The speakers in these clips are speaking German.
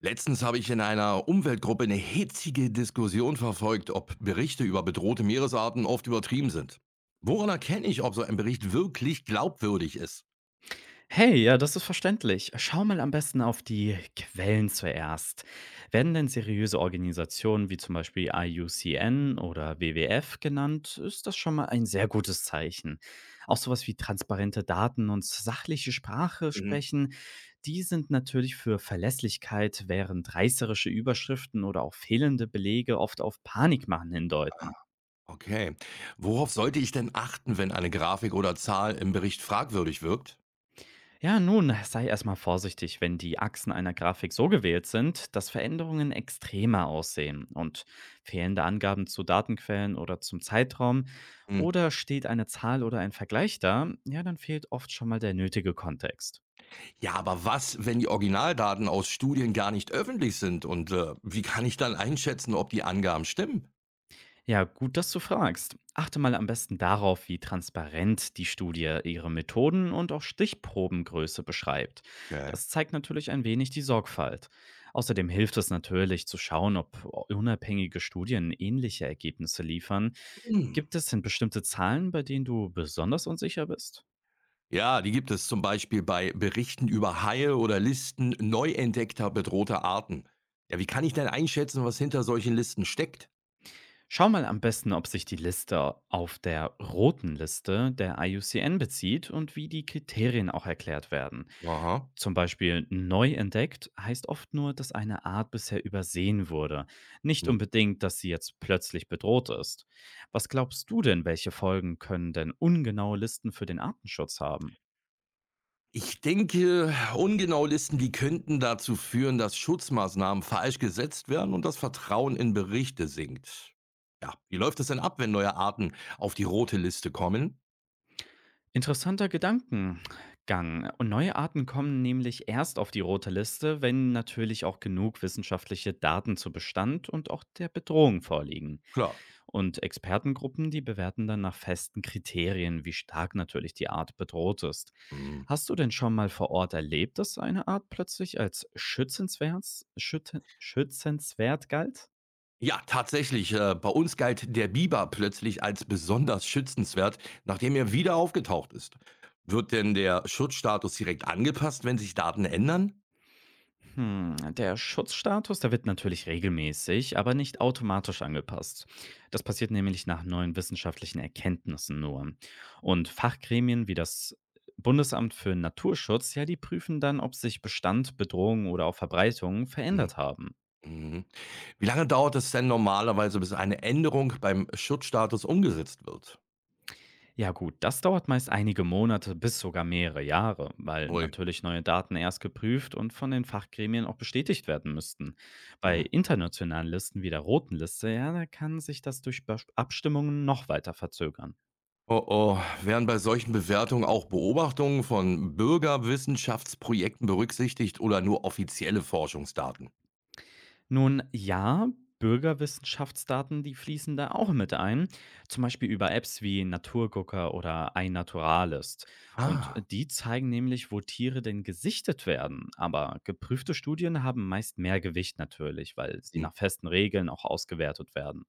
Letztens habe ich in einer Umweltgruppe eine hitzige Diskussion verfolgt, ob Berichte über bedrohte Meeresarten oft übertrieben sind. Woran erkenne ich, ob so ein Bericht wirklich glaubwürdig ist? Hey, ja, das ist verständlich. Schau mal am besten auf die Quellen zuerst. Werden denn seriöse Organisationen wie zum Beispiel IUCN oder WWF genannt, ist das schon mal ein sehr gutes Zeichen. Auch sowas wie transparente Daten und sachliche Sprache Mhm. sprechen, die sind natürlich für Verlässlichkeit, während reißerische Überschriften oder auch fehlende Belege oft auf Panikmachen Ah, hindeuten. okay. Worauf sollte ich denn achten, wenn eine Grafik oder Zahl im Bericht fragwürdig wirkt? Ja, nun, sei erstmal vorsichtig, wenn die Achsen einer Grafik so gewählt sind, dass Veränderungen extremer aussehen und fehlende Angaben zu Datenquellen oder zum Zeitraum Hm. oder steht eine Zahl oder ein Vergleich da, ja, dann fehlt oft schon mal der nötige Kontext. Ja, aber was, wenn die Originaldaten aus Studien gar nicht öffentlich sind? Und wie kann ich dann einschätzen, ob die Angaben stimmen? Ja, gut, dass du fragst. Achte mal am besten darauf, wie transparent die Studie ihre Methoden und auch Stichprobengröße beschreibt. Okay. Das zeigt natürlich ein wenig die Sorgfalt. Außerdem hilft es natürlich zu schauen, ob unabhängige Studien ähnliche Ergebnisse liefern. Hm. Gibt es denn bestimmte Zahlen, bei denen du besonders unsicher bist? Ja, die gibt es zum Beispiel bei Berichten über Haie oder Listen neu entdeckter bedrohter Arten. Ja, wie kann ich denn einschätzen, was hinter solchen Listen steckt? Schau mal am besten, ob sich die Liste auf der roten Liste der IUCN bezieht und wie die Kriterien auch erklärt werden. Aha. Zum Beispiel neu entdeckt heißt oft nur, dass eine Art bisher übersehen wurde. Nicht Hm. unbedingt, dass sie jetzt plötzlich bedroht ist. Was glaubst du denn, welche Folgen können denn ungenaue Listen für den Artenschutz haben? Ich denke, ungenaue Listen, die könnten dazu führen, dass Schutzmaßnahmen falsch gesetzt werden und das Vertrauen in Berichte sinkt. Ja, wie läuft es denn ab, wenn neue Arten auf die rote Liste kommen? Interessanter Gedankengang. Und neue Arten kommen nämlich erst auf die rote Liste, wenn natürlich auch genug wissenschaftliche Daten zu Bestand und auch der Bedrohung vorliegen. Klar. Und Expertengruppen, die bewerten dann nach festen Kriterien, wie stark natürlich die Art bedroht ist. Hm. Hast du denn schon mal vor Ort erlebt, dass eine Art plötzlich als schützenswert, schützenswert galt? Ja, tatsächlich. Bei uns galt der Biber plötzlich als besonders schützenswert, nachdem er wieder aufgetaucht ist. Wird denn der Schutzstatus direkt angepasst, wenn sich Daten ändern? Hm, der Schutzstatus, der wird natürlich regelmäßig, aber nicht automatisch angepasst. Das passiert nämlich nach neuen wissenschaftlichen Erkenntnissen nur. Und Fachgremien wie das Bundesamt für Naturschutz, ja, die prüfen dann, ob sich Bestand, Bedrohung oder auch Verbreitung Mhm. verändert haben. Mhm. Wie lange dauert es denn normalerweise, bis eine Änderung beim Schutzstatus umgesetzt wird? Ja gut, das dauert meist einige Monate bis sogar mehrere Jahre, weil Ui. natürlich neue Daten erst geprüft und von den Fachgremien auch bestätigt werden müssten. Bei Mhm. internationalen Listen wie der Roten Liste, ja, da kann sich das durch Abstimmungen noch weiter verzögern. Oh oh, werden bei solchen Bewertungen auch Beobachtungen von Bürgerwissenschaftsprojekten berücksichtigt oder nur offizielle Forschungsdaten? Nun ja, Bürgerwissenschaftsdaten, die fließen da auch mit ein, zum Beispiel über Apps wie Naturgucker oder iNaturalist. Und Ah. die zeigen nämlich, wo Tiere denn gesichtet werden. Aber geprüfte Studien haben meist mehr Gewicht natürlich, weil sie Hm. nach festen Regeln auch ausgewertet werden.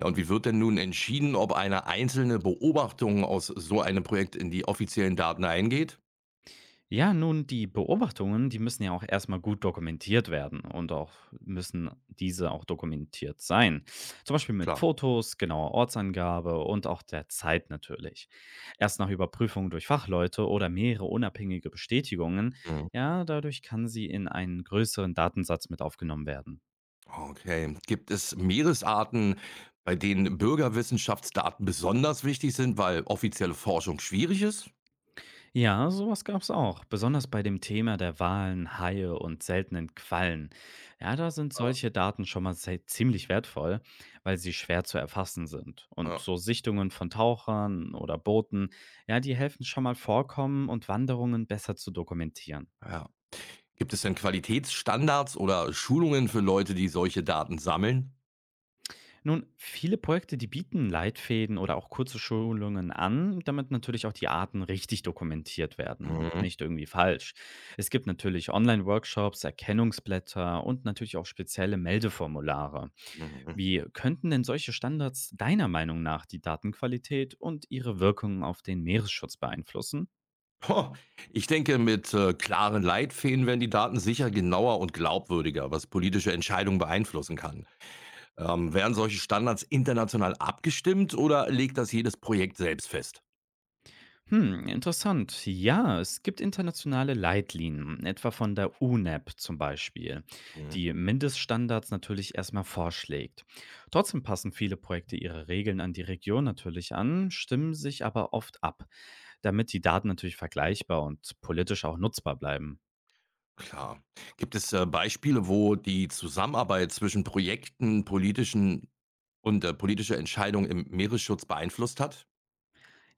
Ja, und wie wird denn nun entschieden, ob eine einzelne Beobachtung aus so einem Projekt in die offiziellen Daten eingeht? Ja, nun, die Beobachtungen, die müssen ja auch erstmal gut dokumentiert werden und auch müssen diese auch dokumentiert sein. Zum Beispiel mit Klar. Fotos, genauer Ortsangabe und auch der Zeit natürlich. Erst nach Überprüfung durch Fachleute oder mehrere unabhängige Bestätigungen, Mhm. ja, dadurch kann sie in einen größeren Datensatz mit aufgenommen werden. Okay. Gibt es Meeresarten, bei denen Bürgerwissenschaftsdaten besonders wichtig sind, weil offizielle Forschung schwierig ist? Ja, sowas gab's auch. Besonders bei dem Thema der Walen, Haie und seltenen Quallen. Ja, da sind Ja. solche Daten schon mal sehr, ziemlich wertvoll, weil sie schwer zu erfassen sind. Und Ja. so Sichtungen von Tauchern oder Booten, ja, die helfen schon mal Vorkommen und Wanderungen besser zu dokumentieren. Ja. Gibt es denn Qualitätsstandards oder Schulungen für Leute, die solche Daten sammeln? Nun, viele Projekte, die bieten Leitfäden oder auch kurze Schulungen an, damit natürlich auch die Arten richtig dokumentiert werden und Mhm. nicht irgendwie falsch. Es gibt natürlich Online-Workshops, Erkennungsblätter und natürlich auch spezielle Meldeformulare. Mhm. Wie könnten denn solche Standards deiner Meinung nach die Datenqualität und ihre Wirkung auf den Meeresschutz beeinflussen? Ho, ich denke, mit klaren Leitfäden werden die Daten sicher genauer und glaubwürdiger, was politische Entscheidungen beeinflussen kann. Werden solche Standards international abgestimmt oder legt das jedes Projekt selbst fest? Hm, interessant. Ja, es gibt internationale Leitlinien, etwa von der UNEP zum Beispiel, Mhm. die Mindeststandards natürlich erstmal vorschlägt. Trotzdem passen viele Projekte ihre Regeln an die Region natürlich an, stimmen sich aber oft ab, damit die Daten natürlich vergleichbar und politisch auch nutzbar bleiben. Klar. Gibt es Beispiele, wo die Zusammenarbeit zwischen Projekten, politischen und politische Entscheidungen im Meeresschutz beeinflusst hat?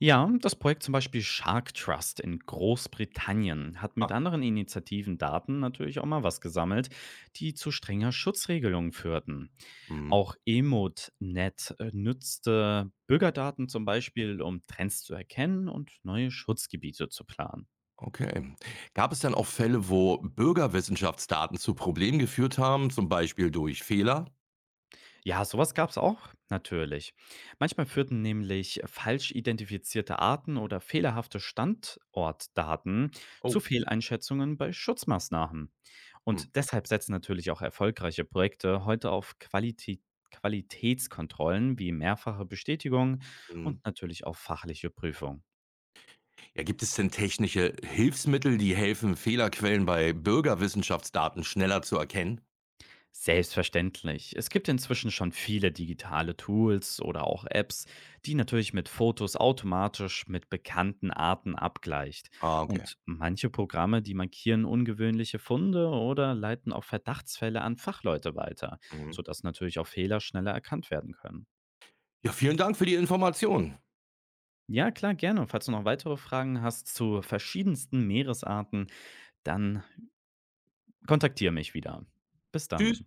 Ja, das Projekt zum Beispiel Shark Trust in Großbritannien hat mit Ah. anderen Initiativen Daten natürlich auch mal was gesammelt, die zu strenger Schutzregelungen führten. Mhm. Auch EmoNet nutzte Bürgerdaten zum Beispiel, um Trends zu erkennen und neue Schutzgebiete zu planen. Okay. Gab es dann auch Fälle, wo Bürgerwissenschaftsdaten zu Problemen geführt haben, zum Beispiel durch Fehler? Ja, sowas gab es auch natürlich. Manchmal führten nämlich falsch identifizierte Arten oder fehlerhafte Standortdaten zu Oh. Fehleinschätzungen bei Schutzmaßnahmen. Hm. Und deshalb setzen natürlich auch erfolgreiche Projekte heute auf Qualität. Qualitätskontrollen wie mehrfache Bestätigung Mhm. und natürlich auch fachliche Prüfung. Ja, gibt es denn technische Hilfsmittel, die helfen, Fehlerquellen bei Bürgerwissenschaftsdaten schneller zu erkennen? Selbstverständlich. Es gibt inzwischen schon viele digitale Tools oder auch Apps, die natürlich mit Fotos automatisch mit bekannten Arten abgleicht. Ah, okay. Und manche Programme, die markieren ungewöhnliche Funde oder leiten auch Verdachtsfälle an Fachleute weiter, Mhm. sodass natürlich auch Fehler schneller erkannt werden können. Ja, vielen Dank für die Information. Ja, klar, gerne. Falls du noch weitere Fragen hast zu verschiedensten Meeresarten, dann kontaktiere mich wieder. Bis dann. Tschüss.